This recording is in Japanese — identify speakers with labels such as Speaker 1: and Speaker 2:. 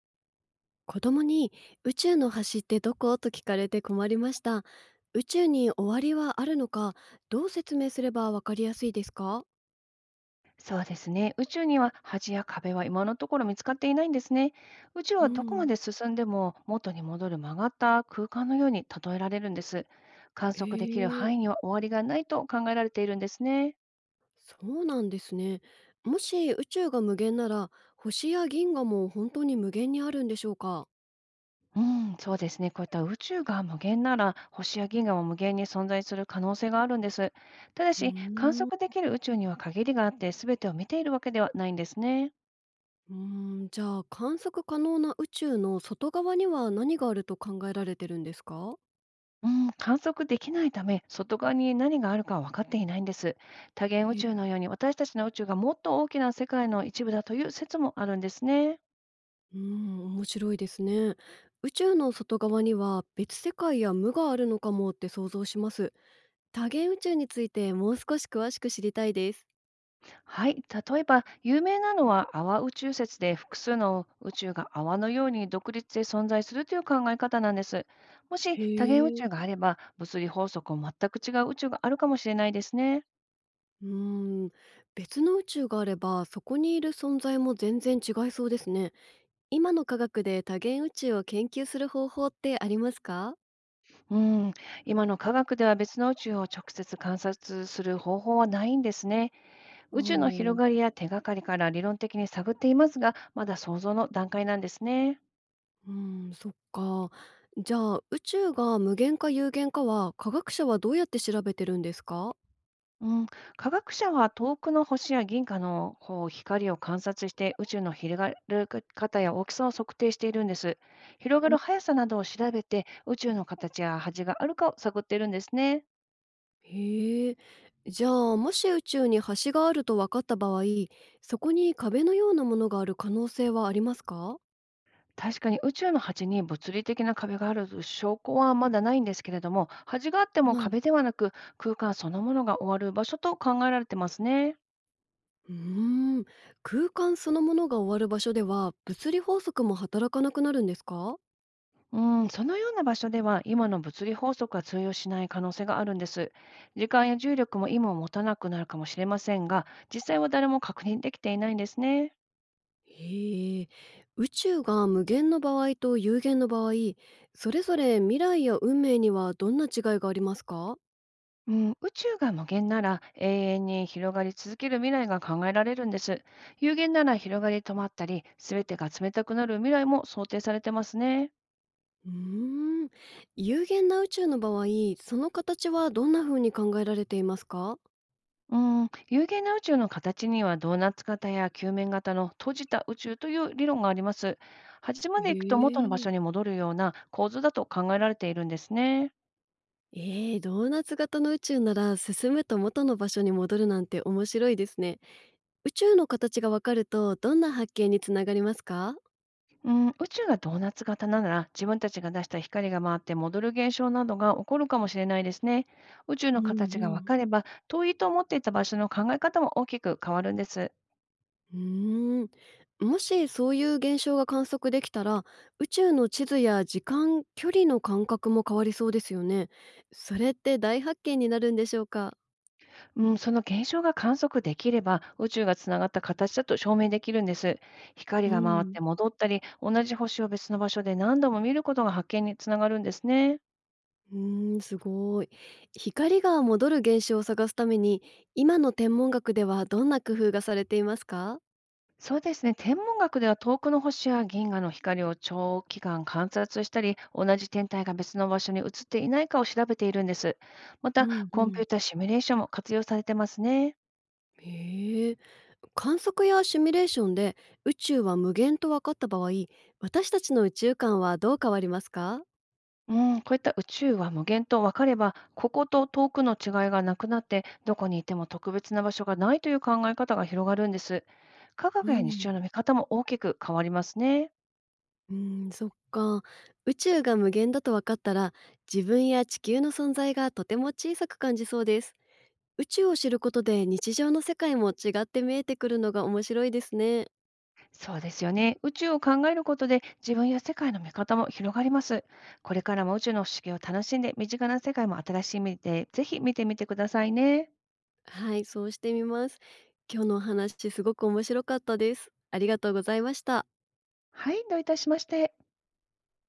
Speaker 1: 子供に宇宙の端ってどこと聞かれて困りました。宇宙に終わりはあるのか、どう説明すればわかりやすいですか？
Speaker 2: そうですね。宇宙には端や壁は今のところ見つかっていないんですね。宇宙
Speaker 1: う
Speaker 2: はどこま
Speaker 1: ん。
Speaker 2: で進んでも元に戻る曲がった空間のように例えられるんです。観
Speaker 1: へ
Speaker 2: 測できる
Speaker 1: え。
Speaker 2: 範囲には終わりがないと考えられているんですね。
Speaker 1: そうなんですね。もし宇宙が無限なら、星や銀河も本当に無限にあるんでしょうか？
Speaker 2: うん、そうですね。こういった宇宙が無限なら、星や銀河も無限に存在する可能性があるんです。ただ
Speaker 1: う
Speaker 2: し、観
Speaker 1: ーん。
Speaker 2: 測できる宇宙には限りがあって、すべてを見ているわけではないんですね。
Speaker 1: うーん、じゃあ観測可能な宇宙の外側には何があると考えられてるんですか？
Speaker 2: うん、観測できないため、外側に何があるかは分かっていないんです。多元宇宙のように私たちの宇宙がもっと大きな世界の一部だという説もあるんですね。
Speaker 1: うーん、面白いですね。宇宙の外側には別世界や無があるのかもって想像します。多元宇宙についてもう少し詳しく知りたいです。
Speaker 2: はい、例えば有名なのは泡宇宙説で、複数の宇宙が泡のように独立で存在するという考え方なんです。もし
Speaker 1: へ
Speaker 2: 多元宇
Speaker 1: え。
Speaker 2: 宙があれば、物理法則を全く違う宇宙があるかもしれないですね。
Speaker 1: うーん、別の宇宙があればそこにいる存在も全然違いそうですね。今の科学で多元宇宙を研究する方法ってありますか？
Speaker 2: うん、今の科学では別の宇宙を直接観察する方法はないんですね。
Speaker 1: ああ。
Speaker 2: 宇宙の
Speaker 1: う
Speaker 2: 広がり
Speaker 1: ー、
Speaker 2: や手がかりから理論的に探っていますが、まだ想像の段階なんですね。
Speaker 1: うん、そっか。じゃあ宇宙が無限か有限かは科学者はどうやって調べてるんですか？
Speaker 2: うん、科学者は遠くの星や銀河のこう光を観察して、宇宙の広がる方や大きさを測定しているんです。広がる速さなどを調べて、宇宙の形や端があるかを探っているんですね。
Speaker 1: へえ。じゃあ、もし宇宙に星があると分かった場合、そこに壁のようなものがある可能性はありますか？
Speaker 2: 確かに宇宙の端に物理的な壁がある証拠はまだないんですけれども、端があっても
Speaker 1: 何い。
Speaker 2: 壁ではなく、空間そのものが終わる場所と考えられてますね。
Speaker 1: うーん。空間そのものが終わる場所では、物理法則も働かなくなるんですか？
Speaker 2: うん、そのような場所では今の物理法則は通用しない可能性があるんです。時間や重力も今を持たなくなるかもしれませんが、実際は誰も確認できていないんですね。
Speaker 1: へえ。宇宙が無限の場合と有限の場合、それぞれ未来や運命にはどんな違いがありますか？
Speaker 2: うん、宇宙が無限なら、永遠に広がり続ける未来が考えられるんです。有限なら、広がり止まったり、すべてが冷たくなる未来も想定されてますね。
Speaker 1: うーん。有限な宇宙の場合、その形はどんな風に考えられていますか？
Speaker 2: うん、有限な宇宙の形には、ドーナツ型や球面型の閉じた宇宙という理論があります。端ま
Speaker 1: へ
Speaker 2: で行くと元の場
Speaker 1: え。
Speaker 2: 所に戻るような構図だと考えられているんですね。
Speaker 1: ええ、ドーナツ型の宇宙なら進むと元の場所に戻るなんて面白いですね。宇宙の形がわかるとどんな発見につながりますか？
Speaker 2: うん、宇宙がドーナツ型なら、自分たちが出した光が回って戻る現象などが起こるかもしれないですね。宇宙
Speaker 1: うん。
Speaker 2: の形
Speaker 1: う
Speaker 2: が分
Speaker 1: ん。
Speaker 2: かれば、遠いと思っていた場所の考え方も大きく変わるんです。
Speaker 1: うーん。もしそういう現象が観測できたら、宇宙の地図や時間距離の感覚も変わりそうですよね。それって大発見になるんでしょうか？
Speaker 2: うん、その現象が観測できれば、宇宙がつながった形だと証明できるんです。光
Speaker 1: う
Speaker 2: が回って
Speaker 1: ん。
Speaker 2: 戻ったり、同じ星を別の場所で何度も見ることが発見につながるんですね。
Speaker 1: うん、うーん、すごい。光が戻る現象を探すために今の天文学ではどんな工夫がされていますか？
Speaker 2: そうですね。天文学では遠くの星や銀河の光を長期間観察したり、同じ天体が別の場所に移っていないかを調べているんです。ま
Speaker 1: う
Speaker 2: た、
Speaker 1: んう
Speaker 2: コンピ
Speaker 1: ん。
Speaker 2: ュータシミュレーションも活用されてますね。
Speaker 1: へえ。観測やシミュレーションで宇宙は無限と分かった場合、私たちの宇宙観はどう変わりますか？
Speaker 2: うん、こういった宇宙は無限と分かれば、ここと遠くの違いがなくなって、どこにいても特別な場所がないという考え方が広がるんです。科
Speaker 1: う
Speaker 2: 学や日
Speaker 1: ん。
Speaker 2: 常の見方も大きく変わりますね。
Speaker 1: うん、そっか。宇宙が無限だと分かったら、自分や地球の存在がとても小さく感じそうです。宇宙を知ることで日常の世界も違って見えてくるのが面白いですね。
Speaker 2: そうですよね。宇宙を考えることで、自分や世界の見方も広がります。これからも宇宙の不思議を楽しんで、身近な世界も新しい目で、ぜひ見てみてくださいね。
Speaker 1: はい、そうしてみます。今日のお話すごく面白かったです。ありがとうございました。
Speaker 2: はい、どういたしまして。